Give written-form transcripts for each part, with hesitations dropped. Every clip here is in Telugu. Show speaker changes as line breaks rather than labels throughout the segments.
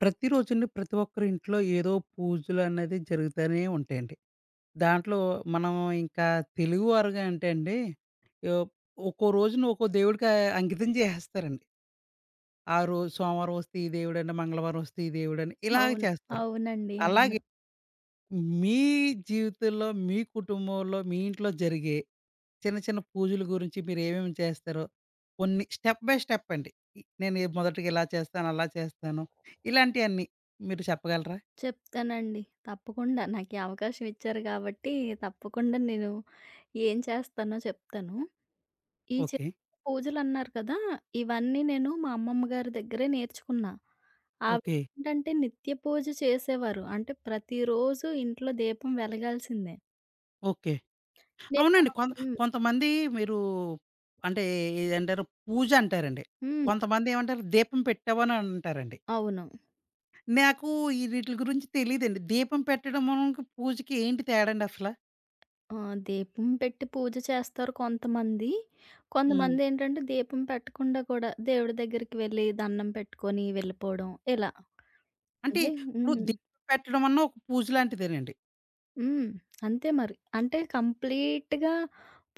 ప్రతిరోజుని ప్రతి ఒక్కరి ఇంట్లో ఏదో పూజలు అనేది జరుగుతూనే ఉంటాయండి. దాంట్లో మనం ఇంకా తెలుగువారుగా అంటే అండి, యొ ఒక్కో రోజున ఒక్కో దేవుడికి అంకితం చేసేస్తారండి. ఆ రోజు సోమవారం వస్తే ఈ దేవుడని, మంగళవారం వస్తే ఈ దేవుడని ఇలాగ
అవును.
చేస్తారు.
అవునండి. అవును.
అలాగే మీ జీవితంలో, మీ కుటుంబంలో, మీ ఇంట్లో జరిగే చిన్న చిన్న పూజల గురించి మీరేమేమి చేస్తారో, కొన్ని స్టెప్ బై స్టెప్ అండి. నేను మొదటిగా ఇలా చేస్తాను, అలా చేస్తాను. ఇలాంటియన్నీ మీరు చెప్పగలరా?
చెప్తానండి. తప్పకుండా. నాకీ అవకాశం ఇచ్చారు గాబట్టి, తప్పకుండా నేను ఏం చేస్తానో చెప్తాను. ఈ చిన్న
ఓకే.
పూజలన్నారు కదా! ఇవన్నీ నేను మా అమ్మమ్మ గారి దగ్గరే నేర్చుకున్నా.
ఓకే.
ఆవిడేంటంటే నిత్య పూజ చేసేవారు. అంటే ప్రతిరోజు ఇంట్లో దీపం వెలగాల్సిందే.
ఓకే.
నేను
అవునండి.
హ్మ్.
కొంతమంది మీరు అంటే ఏదంటారు పూజ అంటారండి.
హ్మ్.
కొంతమంది ఏమంటారు దీపం పెట్టావా అని అంటారండి.
అవును.
నాకు ఈ వీటిల గురించి తెలీదండి. దీపం పెట్టడం పూజకి ఏంటి తేడా అండి అసల?
ఆ! దీపం పెట్టి పూజ చేస్తారు కొంతమంది.
హ్మ్.
కొంతమందేంటంటే దీపం పెట్టకుండా కూడా దేవుడి దగ్గరికి వెళ్లి దండం పెట్టుకొని వెళ్ళిపోవడం ఇలా.
అంటే
అంటే
ఇప్పుడు
హ్మ్.
దీపం పెట్టడం అన్నా ఒక పూజ లాంటిదేనండి.
హ్మ్. అంతే మరి. అంటే కంప్లీట్‌గా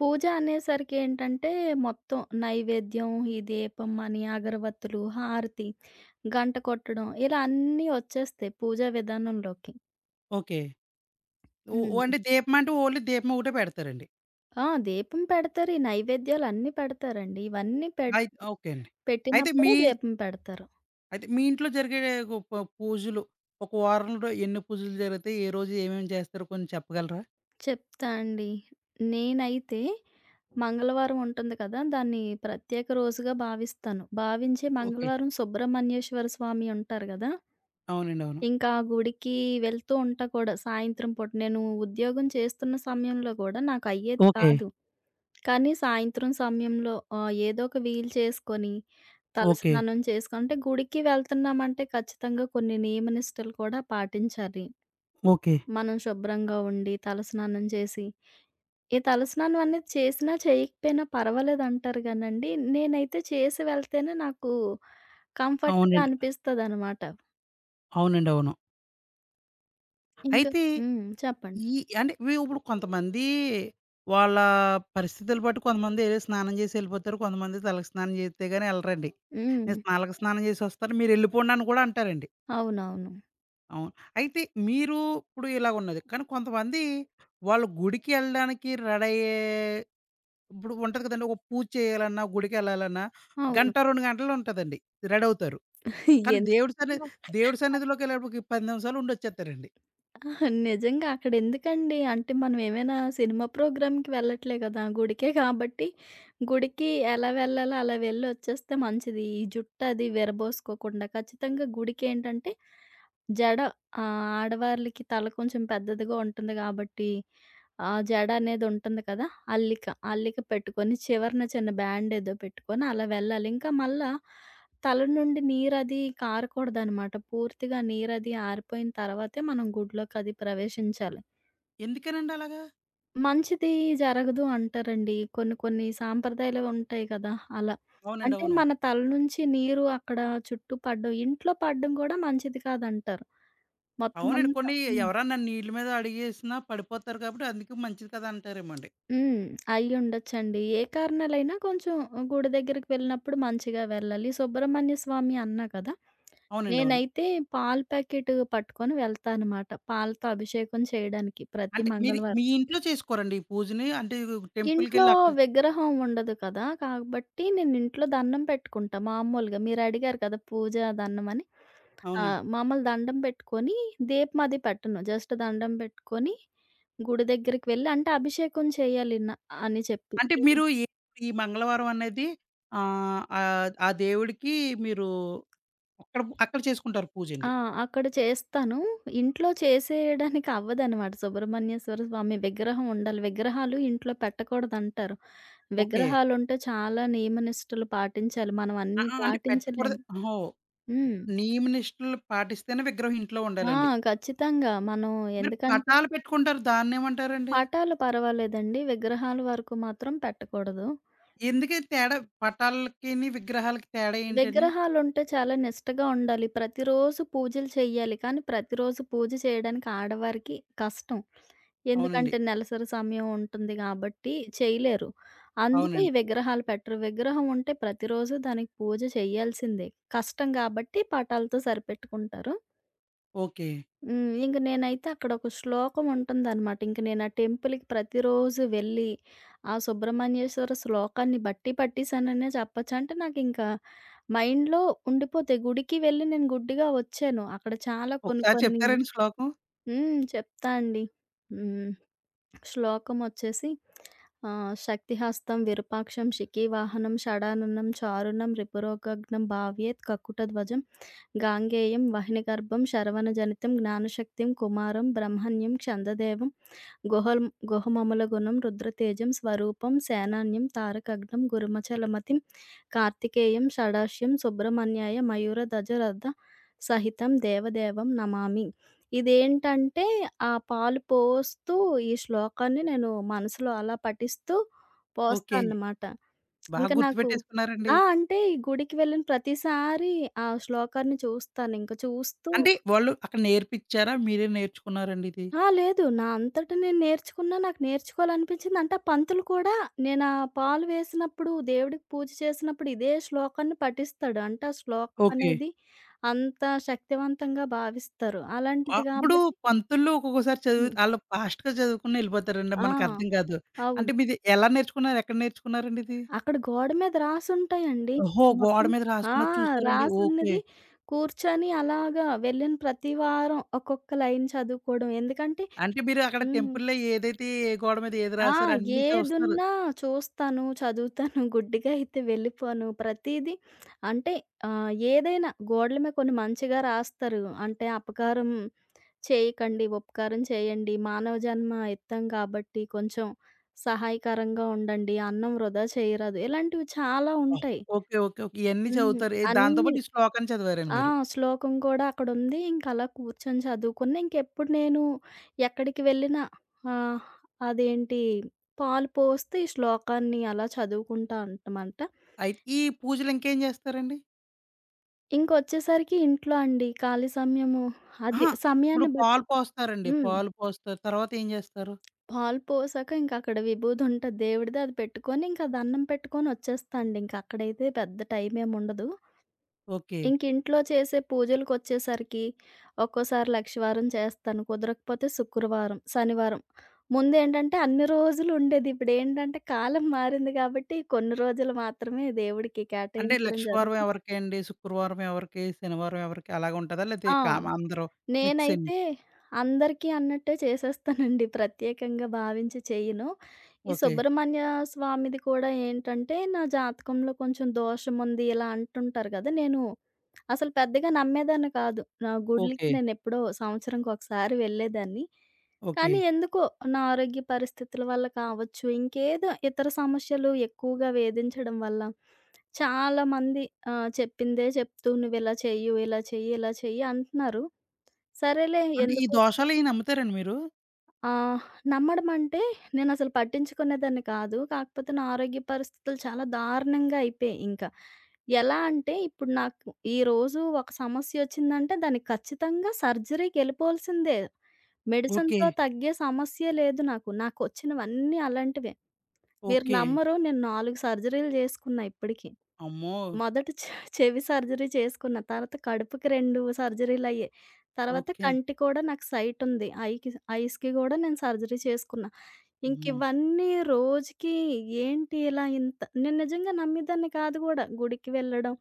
పూజ అనేసరికి ఏంటంటే మొత్తం నైవేద్యం, ఈ దీపం అని, అగరబత్తులు, హారతి, గంట కొట్టడం ఇలా అన్నీ వచ్చేస్తాయి పూజా విధానంలోకి.
ఓకే. ఓ ఓ
హ్మ్.
అంటే దీపం అంటే ఓన్లీ దీపం ఒకటే పెడతారండి.
ఆ! దీపం పెడతారు. ఈ నైవేద్యాలన్నీ పెడతారండి. ఇవన్నీ
అయి ఓకే అండి. అయితే మీ
పెట్టినప్పుడే దీపం పెడతారు.
అయితే మీ ఇంట్లో జరిగే గు ప పూజలు ఒక వారంలో ఎన్ని పూజలు జరుగుతాయి? ఏ రోజు ఏమేమి చేస్తారో కొంచెం చెప్పగలరా?
చెప్తా అండి. నేనైతే మంగళవారం ఉంటుంది కదా! దాన్ని ప్రత్యేక రోజుగా భావిస్తాను. భావించి
ఓకే.
మంగళవారం సుబ్రహ్మణ్యేశ్వర స్వామి ఉంటారు గదా!
అవునండి. అవును.
ఇంకా ఆ గుడికి వెళ్తూ ఉంటా కూడా సాయంత్రం పూట. నేను ఉద్యోగం చేస్తున్న సమయంలో గూడా నాకయ్యేది
ఓకే.
కాదు. కానీ సాయంత్రం సమయంలో ఏదో ఒక వీలు చేసుకొని,
ఓకే.
తలస్నానం చేసుకొని అంటే గుడికి వెళ్తున్నామంటే ఖచ్చితంగా కొన్ని నియమనిష్టలు కూడా పాటించాలి.
ఓకే.
మనం శుభ్రంగా ఉండి, తలస్నానం చేసి ఈ తలస్నానం అనేది చేసినా, చేయకపోయినా పర్వాలేదంటారు గానండి. నేనైతే చేసి వెళ్తేనే నాకు కంఫర్ట్‌గా
అవునండి.
అనిపిస్తదనమాట.
అవునండి. అవును.
ఇంకా
అయితే
హ్మ్. చెప్పండి.
ఈ అంటే ఇవి ఇప్పుడు కొంతమంది వాళ్ళ పరిస్థితులు బట్టి కొంతమంది స్నానం చేసి ఎళ్ళిపోతారు. కొంతమంది తలకి స్నానం చేస్తే గాని ఎళ్ళరండి.
హ్మ్.
నేను తలకి స్నానం చేసి వస్తాను. మీరు ఎళ్ళిపోండి అని కూడా అంటారండి.
అవునవును.
అవును. అయితే మీరు ఇప్పుడు ఇలాగున్నది. కానీ కొంతమంది వాళ్ళు గుడికి ఎళ్ళడానికి రెడీ అయ్యే ఇప్పుడు ఉంటది కదండీ! ఒక పూజ చేయాలన్నా, గుడికెళ్ళాలన్నా
అవును.
గంట, 2 గంటలు ఉంటదండి. రెడీ అవుతారు. కానీ
ఎంత
దేవుడి సన్నిధిలోకెళ్ళేటప్పటికి 10 నిమిషాలు ఉండొచ్చేత్తారండి.
ఆహా! నిజంగా అక్కడెందుకండి? అంటే మనం ఏమైనా సినిమా ప్రోగ్రామ్‌కి వెళ్ళట్లే కదా! గుడికే కాబట్టి, గుడికి ఎలా వెళ్ళాలో అలా వెళ్ళొచ్చేస్తే మంచిది. ఈ జుట్టు అది విరబోసుకోకుండా. ఖచ్చితంగా గుడికేంటంటే జడ ఆహ్, ఆడవాళ్ళకి తల కొంచెం పెద్దదిగా ఉంటుంది కాబట్టి, ఆ జడ అనేది ఉంటుంది కదా! అల్లిక. అల్లిక పెట్టుకొని చివరన చిన్న బ్యాండ్ ఏదో పెట్టుకొని అలా వెళ్ళాలి. ఇంకా మళ్ళా తల నుండి నీరది కారకూడదనమాట. పూర్తిగా నీరది ఆరిపోయిన తర్వాతే మనం గుడిలోకది ప్రవేశించాలి.
ఎందుకనండి అలాగా?
మంచిది జరగదు అంటారండి. కొన్ని కొన్ని సాంప్రదాయాలుంటాయి కదా! అలా.
అవునండి.
అంటే
అవును.
మన తల నుంచి నీరు అక్కడ చుట్టూ పడడం, ఇంట్లో పడడం గూడా మంచిది కాదంటారు. మొత్తం
అవునండి.
అంతా. హ్మ్.
ఎవరన్నా నీళ్ళ మీద అడుగేసినా పడిపోతారు కాబట్టి అందుకే మంచిది కదా అంటారేమో అండి.
హ్మ్. అయ్యుండొచ్చండి. ఏ కారణాలైనా కొంచెం గుడి దగ్గరికి వెళ్ళినప్పుడు మంచిగా వెళ్ళాలి. సుబ్రహ్మణ్య స్వామి అన్నా కదా!
అవునండి. అవును.
నేనైతే పాలు ప్యాకెట్ పట్టుకొని వెళ్తానమాట. పాలతో అభిషేకం చేయడానికి ప్రతి
అంటే మీరు
మంగళవారం.
మీ ఇంట్లో చేసుకోరండి ఈ పూజని? అంటే
ఇంట్లో
టెంపుల్‌కెళ్ళి అక్కడ
విగ్రహం ఉండదు కదా! కాబట్టి నేను ఇంట్లో దండం పెట్టుకుంటా మామూలుగా. మీరడిగారు కదా! పూజ దండం అని. ఆ!
అవునండి.
మామూలు దండం పెట్టుకొని దీపం అది పెట్టను. జస్ట్ దండం పెట్టుకొని గుడి దగ్గరికి వెళ్ళి అంటే అభిషేకం చేయాలి న అని చెప్పి.
అంటే మీరు ఏ ఈ మంగళవారం అనేది ఆహ్, ఆహ్, ఆ దేవుడికి మీరు అక్కడ అక్కడ చేసుకుంటారు
ఆ!
పూజండి.
అక్కడ చేస్తాను. ఇంట్లో చేసేయడానికి అవ్వదనమాట. సుబ్రహ్మణ్యేశ్వర స్వామి విగ్రహం ఉండాలి. విగ్రహాలు ఇంట్లో పెట్టకూడదంటారు.
ఓకే.
విగ్రహాలుంటే చాలా నియమనిష్టలు పాటించాలి. మనం
ఆ!
అన్నీ
ఆ! అంటే పెట్టకూడదు
పాటించలేము.
ఓహో!
హ్మ్.
నియమ నిష్టలు పాటిస్తేనే విగ్రహం ఇంట్లో
ఆ!
ఉండాలండి.
ఖచ్చితంగా. మనం
మీరు
ఎందుకంటే
పటాలు పెట్టుకుంటారు దాన్నేమంటారండి?
పటాలు పర్వాలేదండి. విగ్రహాల వరకు మాత్రం పెట్టకూడదు.
ఎందుకు ఈ తేడా పటాలకిని, విగ్రహాలకి తేడా ఏంటండి?
విగ్రహాలుంటే చాలా నిష్టగా ఉండాలి. ప్రతిరోజు పూజలు చెయ్యాలి. కానీ, ప్రతిరోజు పూజ చేయడానికి ఆడవారికి కష్టం.
అవునండి.
ఎందుకంటే, నెలసరి సమయం ఉంటుంది గాబట్టి చేయలేరు. అందుకు ఈ
అవునండి.
విగ్రహాలు పెట్టరు. విగ్రహం ఉంటే ప్రతిరోజు దానికి పూజ చెయ్యాల్సిందే. కష్టం గాబట్టి పటాలతో సరిపెట్టుకుంటారు.
ఓకే.
ఇంక నేనైతే అక్కడొక శ్లోకం ఉంటుందనమాట. ఇంక నేను ఆ టెంపుల్‌కి ప్రతిరోజు వెళ్ళి, ఆ సుబ్రహ్మణ్యేశ్వర శ్లోకాన్ని బట్టి పట్టేసాననే చెప్పొచ్చు. అంటే నాకింకా మైండ్‌లో ఉండిపోతాయి. గుడికి వెళ్ళి నేను గుడ్డిగా వచ్చాను. అక్కడ చాలా కొన్ని
ఒకసారి
కొన్ని
చెప్తారండి శ్లోకం?
చెప్తా అండి. హ్మ్. శ్లోకం వచ్చేసి శక్తిహస్తం విరూపాక్షం శిఖీవాహనం షడాననం చారుణం రిపురోగగ్నం భావ్యేత్ కకుటధ్వజం గాంగేయం వహ్నిగర్భం శరవణజనితం జ్ఞానశక్తిం కుమారం బ్రహ్మణ్యం ఛందదేవం గుహల్ గుహమముల గుణం రుద్రతేజం స్వరూపం సేనాన్యం తారకగ్నం గురుమచలమతిం కార్తికేయం షడాశ్యం సుబ్రహ్మణ్యాయ మయూరధజ రథ సహితం దేవదేవం నమామి. ఇదేంటంటే ఆ పాలు పోస్తూ ఈ శ్లోకాన్ని నేను మనసులో అలా పఠిస్తూ
ఓకే.
పోస్తానన్నమాట.
బాగా
ఇంక నాకు
గుర్తుపెట్టేసుకున్నారండి.
ఆ! అంటే ఈ గుడికి వెళ్ళిన ప్రతిసారి ఆ శ్లోకాన్ని చూస్తానింక. చూస్తూ
అంటే వాళ్ళు అక్కడ నేర్పిచ్చారా? మీరే నేర్చుకున్నారండి ఇది?
ఆ! లేదు. నా అంతట నేను నేర్చుకున్నా, నాకు నేర్చుకోవాలనిపించింది. అంటే ఆ పంతులు కూడా నేను ఆ పాలు వేసినప్పుడు, దేవుడికి పూజ చేసినప్పుడు ఇదే శ్లోకాన్ని పఠిస్తాడు. అంటే ఆ శ్లోకం
ఓకే.
అనేది అంత శక్తివంతంగా భావిస్తారు. అలాంటిది
ఆహ్, ఇప్పుడు
గాబట్టి
పంతులు ఒక్కొక్కసారి చదువు
హ్మ్.
ఆళ్ళు ఫాస్ట్‌గా చదువుకుని ఎళ్ళిపోతారండి.
ఆ!
మనకర్థం కాదు. అంటే
అవును.
మీది ఎలా నేర్చుకున్నారు? ఎక్కడ నేర్చుకున్నారండి ఇది?
అక్కడ గోడ మీద రాసుంటాయండి.
ఓహో! గోడ
మొత్తం
మీద
ఆ!
రాసున్నది చూసారండి. ఓకే.
రాసున్నది కూర్చొని అలాగా వెళ్ళిన ప్రతి వారం ఒక్కొక్క లైన్ చదువుకోవడం. ఎందుకంటే
అంటే మీరు అక్కడ
హ్మ్.
టెంపుల్‌లో ఏదైతే ఏ గోడ మీద ఏది
ఆ!
రాసారో అన్నీ చూస్తున్నారు.
ఏదున్నా చూస్తాను, చదువుతాను. గుడ్డిగా అయితే వెళ్ళిపోను. ప్రతీదీ అంటే ఏదైనా గోడల మీద కొన్ని మంచిగా రాస్తారు. అంటే "అపకారం చేయకండి, ఉపకారం చేయండి. మానవ జన్మ ఎత్తాం కాబట్టి కొంచెం సహాయకరంగా ఉండండి. అన్నం వృధా చేయరాదు." ఇలాంటివి చాలా ఉంటాయి.
ఓకే. ఓకే. ఓకే. ఇయన్నీ
హ్మ్.
చదువుతారు. దాంతో
అన్నీ.
పాటు ఈ శ్లోకాన్ని చదివారండి
ఆ!
మీరు.
శ్లోకం కూడా అక్కడుంది. ఇంకలా కూర్చొని చదువుకున్నా. ఇంకెప్పుడు నేను ఎక్కడికి వెళ్ళినా ఆహ్, అదేంటి పాలు పోస్తూ ఈ శ్లోకాన్ని అలా చదువుకుంటా ఉంటామంట.
అయితే ఈ పూజలు ఇంకేం చేస్తారండి?
ఇంకొచ్చేసరికి ఇంట్లో అండి ఖాళీ సమయము అదే
అహా! ఇప్పుడు
సమయాన్ని బట్టి
పాలు పోస్తారండి.
హ్మ్.
పాలు పోస్తారు. తర్వాత ఏం జేస్తారు?
పాలు పోసాక ఇంకక్కడ విభూదుంటది దేవుడిది. అది పెట్టుకొని, ఇంక దండం పెట్టుకొని వచ్చేస్తా అండి. ఇంకక్కడైతే పెద్ద టైమేముండదు.
ఓకే.
ఇంకింట్లో చేసే పూజలకొచ్చేసరికి ఒక్కోసారి లక్షవారం చేస్తాను. కుదరకపోతే శుక్రవారం, శనివారం. ముందేంటంటే అన్ని రోజులు ఉండేది. ఇప్పుడేంటంటే కాలం మారింది కాబట్టి కొన్ని రోజులు మాత్రమే దేవుడికి
అంటే
కేటాయించడం
లక్షవారం
జరుగుతుంది.
ఎవరికే అండి? శుక్రవారం ఎవరికీ? శనివారం ఎవరికీ? అలాగుంటదా? లేతే
ఆ!
కామ అందరూ మిక్స్ అండి.
నేనైతే అందరికీ అన్నట్టే చేసేస్తానండి. ప్రత్యేకంగా భావించి చెయ్యను. ఈ
ఓకే.
సుబ్రహ్మణ్య స్వామిది కూడా ఏంటంటే, నా జాతకంలో కొంచెం దోషముంది ఇలా అంటుంటారు గదా! నేను అసలు పెద్దగా నమ్మేదాన్ని కాదు. నా గుడులకి
ఓకే.
నేనెప్పుడో సంవత్సరానికొకసారి వెళ్ళేదాన్ని.
ఓకే.
కానీ ఎందుకో నా ఆరోగ్య పరిస్థితుల వల్ల కావచ్చు, ఇంకేదో ఇతర సమస్యలు ఎక్కువగా వేధించడం వల్ల చాలామంది చెప్పిందే చెప్తూ "నువ్విలా చెయ్యి, ఇలా చెయ్యి, ఇలా చెయ్యి" అంటున్నారు. సరేలే
అంటే ఈ
ఎందుకు
దోషాలయి నమ్ముతారండి మీరు?
ఆ! నమ్మడం అంటే నేనసలు పట్టించుకునేదాన్ని కాదు. కాకపోతే నా ఆరోగ్య పరిస్థితులు చాలా దారుణంగా అయిపోయాయి ఇంకా. ఎలా అంటే ఇప్పుడు నాకు ఈరోజు ఒక సమస్యొచ్చిందంటే దానికి ఖచ్చితంగా సర్జరీకెళ్ళిపోవాల్సిందే.
ఓకే.
మెడిసిన్‌తో తగ్గే సమస్యే లేదు నాకు. నాకొచ్చినవన్నీ అలాంటివే. మీరు
ఓకే.
నమ్మరు నేను 4 సర్జరీలు జేసుకున్నా ఇప్పటికి.
అమ్మో!
మొదట చెవి సర్జరీ చేసుకున్న. తర్వాత కడుపుకి 2 సర్జరీలయ్యాయి. తర్వాత
ఓకే అండి.
కంటికి కూడా నాకు సైట్ ఉంది. ఐకి ఐస్‌కి గూడా నేను సర్జరీ చేసుకున్నా.
అమ్మో!
ఇంకివన్నీ రోజుకి ఏంటి ఇలా ఇంత నేను నిజంగా నమ్మేదాన్ని కాదు గూడా. గుడికి వెళ్ళడం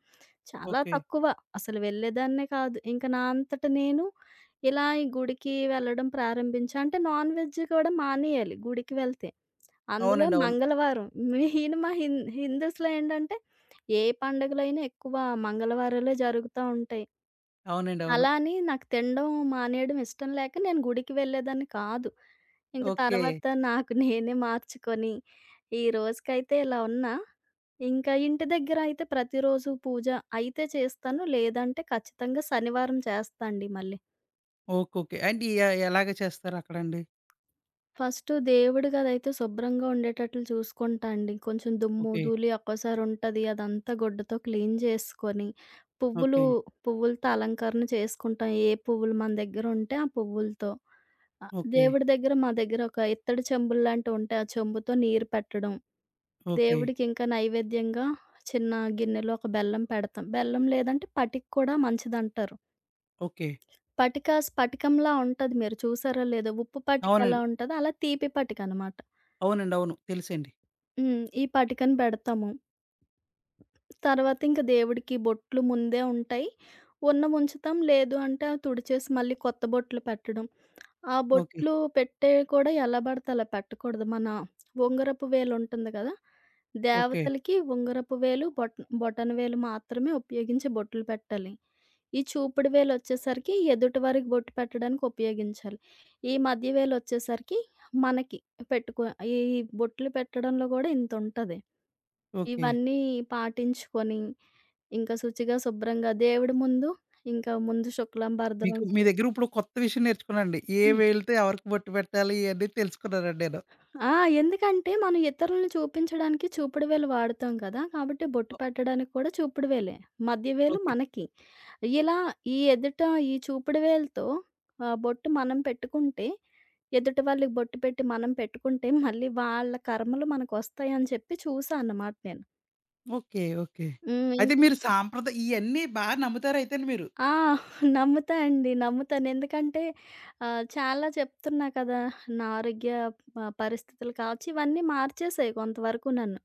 చాలా
ఓకే.
తక్కువ. అసలు వెళ్ళేదాన్నే కాదు. ఇంక నా అంతట నేను ఇలా ఈ గుడికి వెళ్ళడం ప్రారంభించా. అంటే నాన్ వెజ్ కూడా మానేయాలి గుడికి వెళ్తే. అందులో
అవునండి. అవును.
మంగళవారం. మెయిన్ మా హిందూస్‌లో ఏంటంటే, ఏ పండుగలైనా ఎక్కువ మంగళవారాలే జరుగుతా ఉంటాయి.
అవునండి. అవును.
అలా అని నాకు తినడం మానేయడం ఇష్టం లేక నేను గుడికి వెళ్ళేదాన్ని కాదు. ఇంక
ఓకే.
తర్వాత నాకు నేనే మార్చుకొని, ఈ రోజుకైతే ఇలా ఉన్నా. ఇంకా ఇంటి దగ్గర అయితే ప్రతిరోజు పూజ అయితే చేస్తాను. లేదంటే ఖచ్చితంగా శనివారం చేస్తా అండి మళ్ళీ.
ఓకోకే. అంటే ఎలాగ చేస్తారక్కడండి?
ఫస్టు దేవుడి గదైతే శుభ్రంగా ఉండేటట్లు చూసుకుంటా అండి. కొంచెం దుమ్ము,
ఓకే.
ధూళి ఒక్కోసారుంటది. అదంతా గుడ్డతో క్లీన్ జేసుకొని, పువ్వులు
ఓకే.
పువ్వులతో అలంకరణ చేసుకుంటాం. ఏ పువ్వులు మన దగ్గరుంటే ఆ పువ్వులతో.
ఓకే.
దేవుడి దగ్గర మా దగ్గర ఒక ఇత్తడి చెంబుల్లాంటివుంటాయి. ఆ చెంబుతో నీరు పెట్టడం.
ఓకే.
దేవుడికింకా నైవేద్యంగా చిన్న గిన్నెలో ఒక బెల్లం పెడతాం. బెల్లం లేదంటే పటిక కూడా మంచిదంటారు.
ఓకే.
పటిక స్ఫటికంలా ఉంటది. మీరు చూసారో లేదో? ఉప్పు పటికెలా
అవునండి.
ఉంటదో అలా తీపి పటికనమాట.
అవునండి. అవును. తెలుసండి.
ఈ పటికను పెడతాము. తర్వాత ఇంక దేవుడికి బొట్లు ముందే ఉంటాయి. ఉన్నవి ఉంచుతాం. లేదు అంటే అవి తుడిచేసి మళ్ళీ కొత్త బొట్లు పెట్టడం. ఆ
ఓకే.
బొట్లు పెట్టేవి కూడా ఎలా పడితే అలా పెట్టకూడదు. మన ఉంగరపు వేలు ఉంటుంది కదా!
ఓకే.
దేవతలకి ఉంగరపు వేలు, బొటన వేలు మాత్రమే ఉపయోగించి బొట్లు పెట్టాలి. ఈ చూపుడు వేలొచ్చేసరికి ఎదుటి వారికి బొట్టు పెట్టడానికి ఉపయోగించాలి. ఈ మధ్య వేలొచ్చేసరికి మనకి పెట్టుకో ఈ బొట్లు పెట్టడంలో గూడా ఇంతుంటది.
ఓకే.
ఇవన్నీ పాటించుకొని, ఇంకా శుచిగా, శుభ్రంగా దేవుడి ముందు ఇంకా ముందు శుక్లాంబరధరం
మీ దగ్గర ఇప్పుడు కొత్త విషయం నేర్చుకున్నానండి. ఏ
హ్మ్.
వేలుతో ఎవరికి బొట్టు పెట్టాలి ఇయన్నీ తెలుసుకున్నానండి నేను.
ఆ! ఎందుకంటే మనం ఇతరులని చూపించడానికి చూపుడు వేలు వాడతాం కదా! కాబట్టి బొట్టు
ఓ
పెట్టడానికి కూడా చూపుడు వేలే. మధ్య వేలు
ఓకే.
మనకి. ఇలా ఈ ఎదుట ఈ చూపుడు వేలుతో బొట్టు మనం పెట్టుకుంటే, ఎదుటి వాళ్ళకి బొట్టు పెట్టి మనం పెట్టుకుంటే మళ్ళీ వాళ్ళ కర్మలు మనకొస్తాయని చెప్పి చూసా అన్నమాట నేను.
ఓకే. ఓకే. అయితే
ఇంక
మీరు సాంప్రదాయ ఇయన్నీ బా నమ్ముతారైతేను మీరు.
ఆ! నమ్ముతా అండి. నమ్ముతాను. ఎందుకంటే చాలా చెప్తున్నా కదా! నా ఆరోగ్య పరిస్థితులు కావచ్చు, ఇవన్నీ మార్చేసాయి కొంతవరకు నన్ను.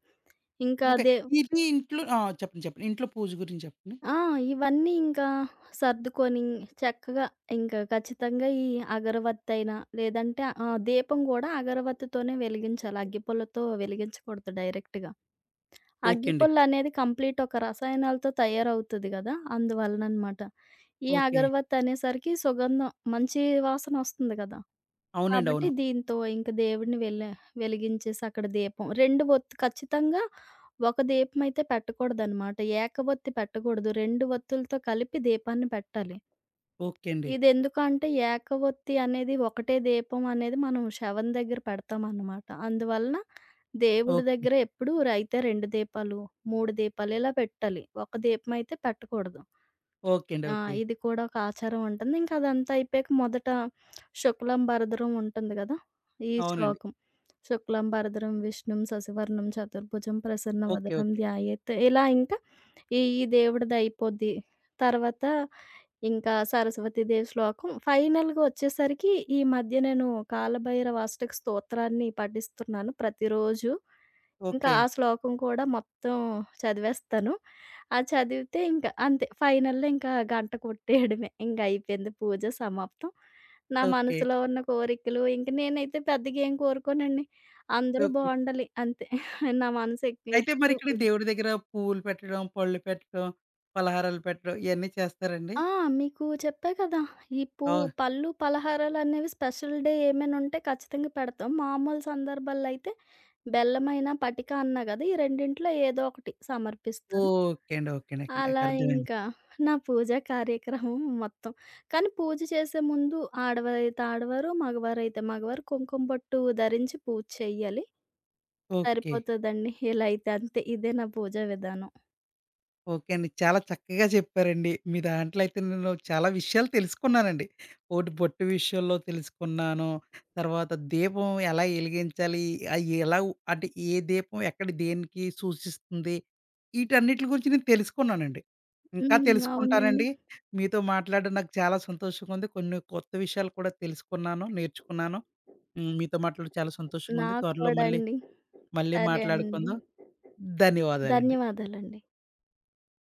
ఇంకా
ఓకే.
అదే
ఇది ఇంట్లో ఆ! చెప్పండి. చెప్పండి. ఇంట్లో పూజ గురించి చెప్పండి.
ఆ! ఇవన్నీ ఇంకా సర్దుకొని చక్కగా ఇంకా ఖచ్చితంగా ఈ అగరవత్తి అయినా, లేదంటే దీపం గూడా అగరవత్తితోనే వెలిగించాలి. అగ్గిపుల్లతో వెలిగించకూడదు డైరెక్ట్‌గా.
ఓకే అండి.
అగ్గిపుల్లనేది కంప్లీట్ ఒక రసాయనాలతో తయారవుతది గదా! అందువలననమాట. ఈ
ఓకే.
అగరవత్తి అనేసరికి సుగంధం మంచి వాసనొస్తుంది గదా!
అవునండి.
కాబట్టి
అవును.
దీంతో ఇంక దేవుడిని వెలిగించేసి అక్కడ దీపం 2 ఒత్తు ఖచ్చితంగా ఒక దీపం అయితే పెట్టకూడదనమాట. ఏకవొత్తి పెట్టకూడదు. 2 ఒత్తులతో కలిపి దీపాన్ని పెట్టాలి.
ఓకే అండి.
ఇదెందుకంటే ఏకవొత్తి అనేది ఒకటే దీపం అనేది మనం శవం దగ్గర పెడతామన్నమాట. అందువలన దేవుడి
ఓకే.
దగ్గర ఎప్పుడూ ర అయితే 2 దీపాలు, 3 దీపాలు ఇలా పెట్టాలి. ఒక దీపం అయితే పెట్టకూడదు.
ఓకే అండి.
ఆ!
ఓకే.
ఇది కూడా ఒక ఆచారం ఉంటుంది. ఇంకా అదంతా అయిపోయాక మొదట శుక్లం భరధరం ఉంటుంది గదా! ఈ
అవునండి.
శ్లోకం. శుక్లం భరధరం విష్ణుం శశివర్ణం చతుర్భుజం
ఓకే.
ప్రసన్నవదనం
ఓకే.
ధ్యాయేత్ ఇలా ఇంకా ఈ ఈ దేవుడిదయిపోద్ది. తర్వాత ఇంకా సరస్వతీదేవి శ్లోకం. ఫైనల్‌గా ఒచ్చేసరికి ఈ మధ్య నేను కాలభైరవ అష్టక స్తోత్రాన్ని పఠిస్తున్నాను ప్రతిరోజు. ఇంకా
ఓకే.
ఆ శ్లోకం కూడా మొత్తం చదివేస్తాను. అది చదివితే ఇంకా అంతే ఫైనల్‌లో ఇంకా గంట కొట్టేయడమే. ఇంగయిపోయింది పూజ సమాప్తం. నా
ఓకే.
మనసులో ఉన్న కోరికలు ఇంక నేనైతే పెద్దగా ఏం కోరుకోనండి. అందరూ
ఓకే.
బావుండాలి అంతే. నా మనసు
అయితే మరి
ఎప్పుడు
ఇక్కడ దేవుడి దగ్గర పువ్వులు పెట్టడం, పళ్ళు పెట్టడం, పలహారాలు పెట్టడం ఇయన్నీ చేస్తారండి?
ఆ! మీకు చెప్పా కదా! ఇప్పు
ఓహ్!
పళ్ళు, పలహారాలనేవి స్పెషల్ డే ఏమైనుంటే ఖచ్చితంగా పెడతాం. మామూలు సందర్భాల్లో అయితే బెల్లమైన, పటిక అన్నా గదా! ఈ రెండిట్లో ఏదో ఒకటి సమర్పిస్తాను.
ఓకే అండి. ఓకే అండి. ఓకే అండి.
అలా
నాకు అర్థమైంది.
ఇంకా నా పూజా కార్యక్రమం మొత్తం. కానీ పూజ చేసే ముందు ఆడవారైతే ఆడవారు, మగవారైతే మగవారు కుంకుమ బొట్టు ధరించి పూజ చెయ్యాలి.
ఓకే.
సరిపోతదండి. ఇలా అయితే అంతే. ఇదే నా పూజా విధానం.
ఓకే అండి. చాలా చక్కగా చెప్పారండి. మీ దాంట్లో అయితే నేను చాలా విషయాలు తెలుసుకున్నానండి. ఒకటి బొట్టు విషయంలో తెలుసుకున్నాను. తర్వాత దీపం ఎలా ఎలిగించాలి? అంటే ఏ దీపం ఎక్కడ దేనికి సూచిస్తుంది? ఈటన్నిట్లి గురించి నేను తెలుసుకున్నానండి. ఇంకా
అవునండి.
తెలుసుకుంటానండి. మీతో మాట్లాడడం నాకు చాలా సంతోషంగా ఉంది. కొన్ని కొత్త విషయాలు కూడా తెలుసుకున్నాను, నేర్చుకున్నాను. హ్మ్. మీతో మాట్లాడడం చాలా సంతోషంగా ఉంది.
నాకు
త్వరలో
కూడా
మళ్ళీ
అండి.
మళ్ళీ
సరే అండి.
మాట్లాడుకుందాం. ధన్యవాదాలండి.
ధన్యవాదాలండి.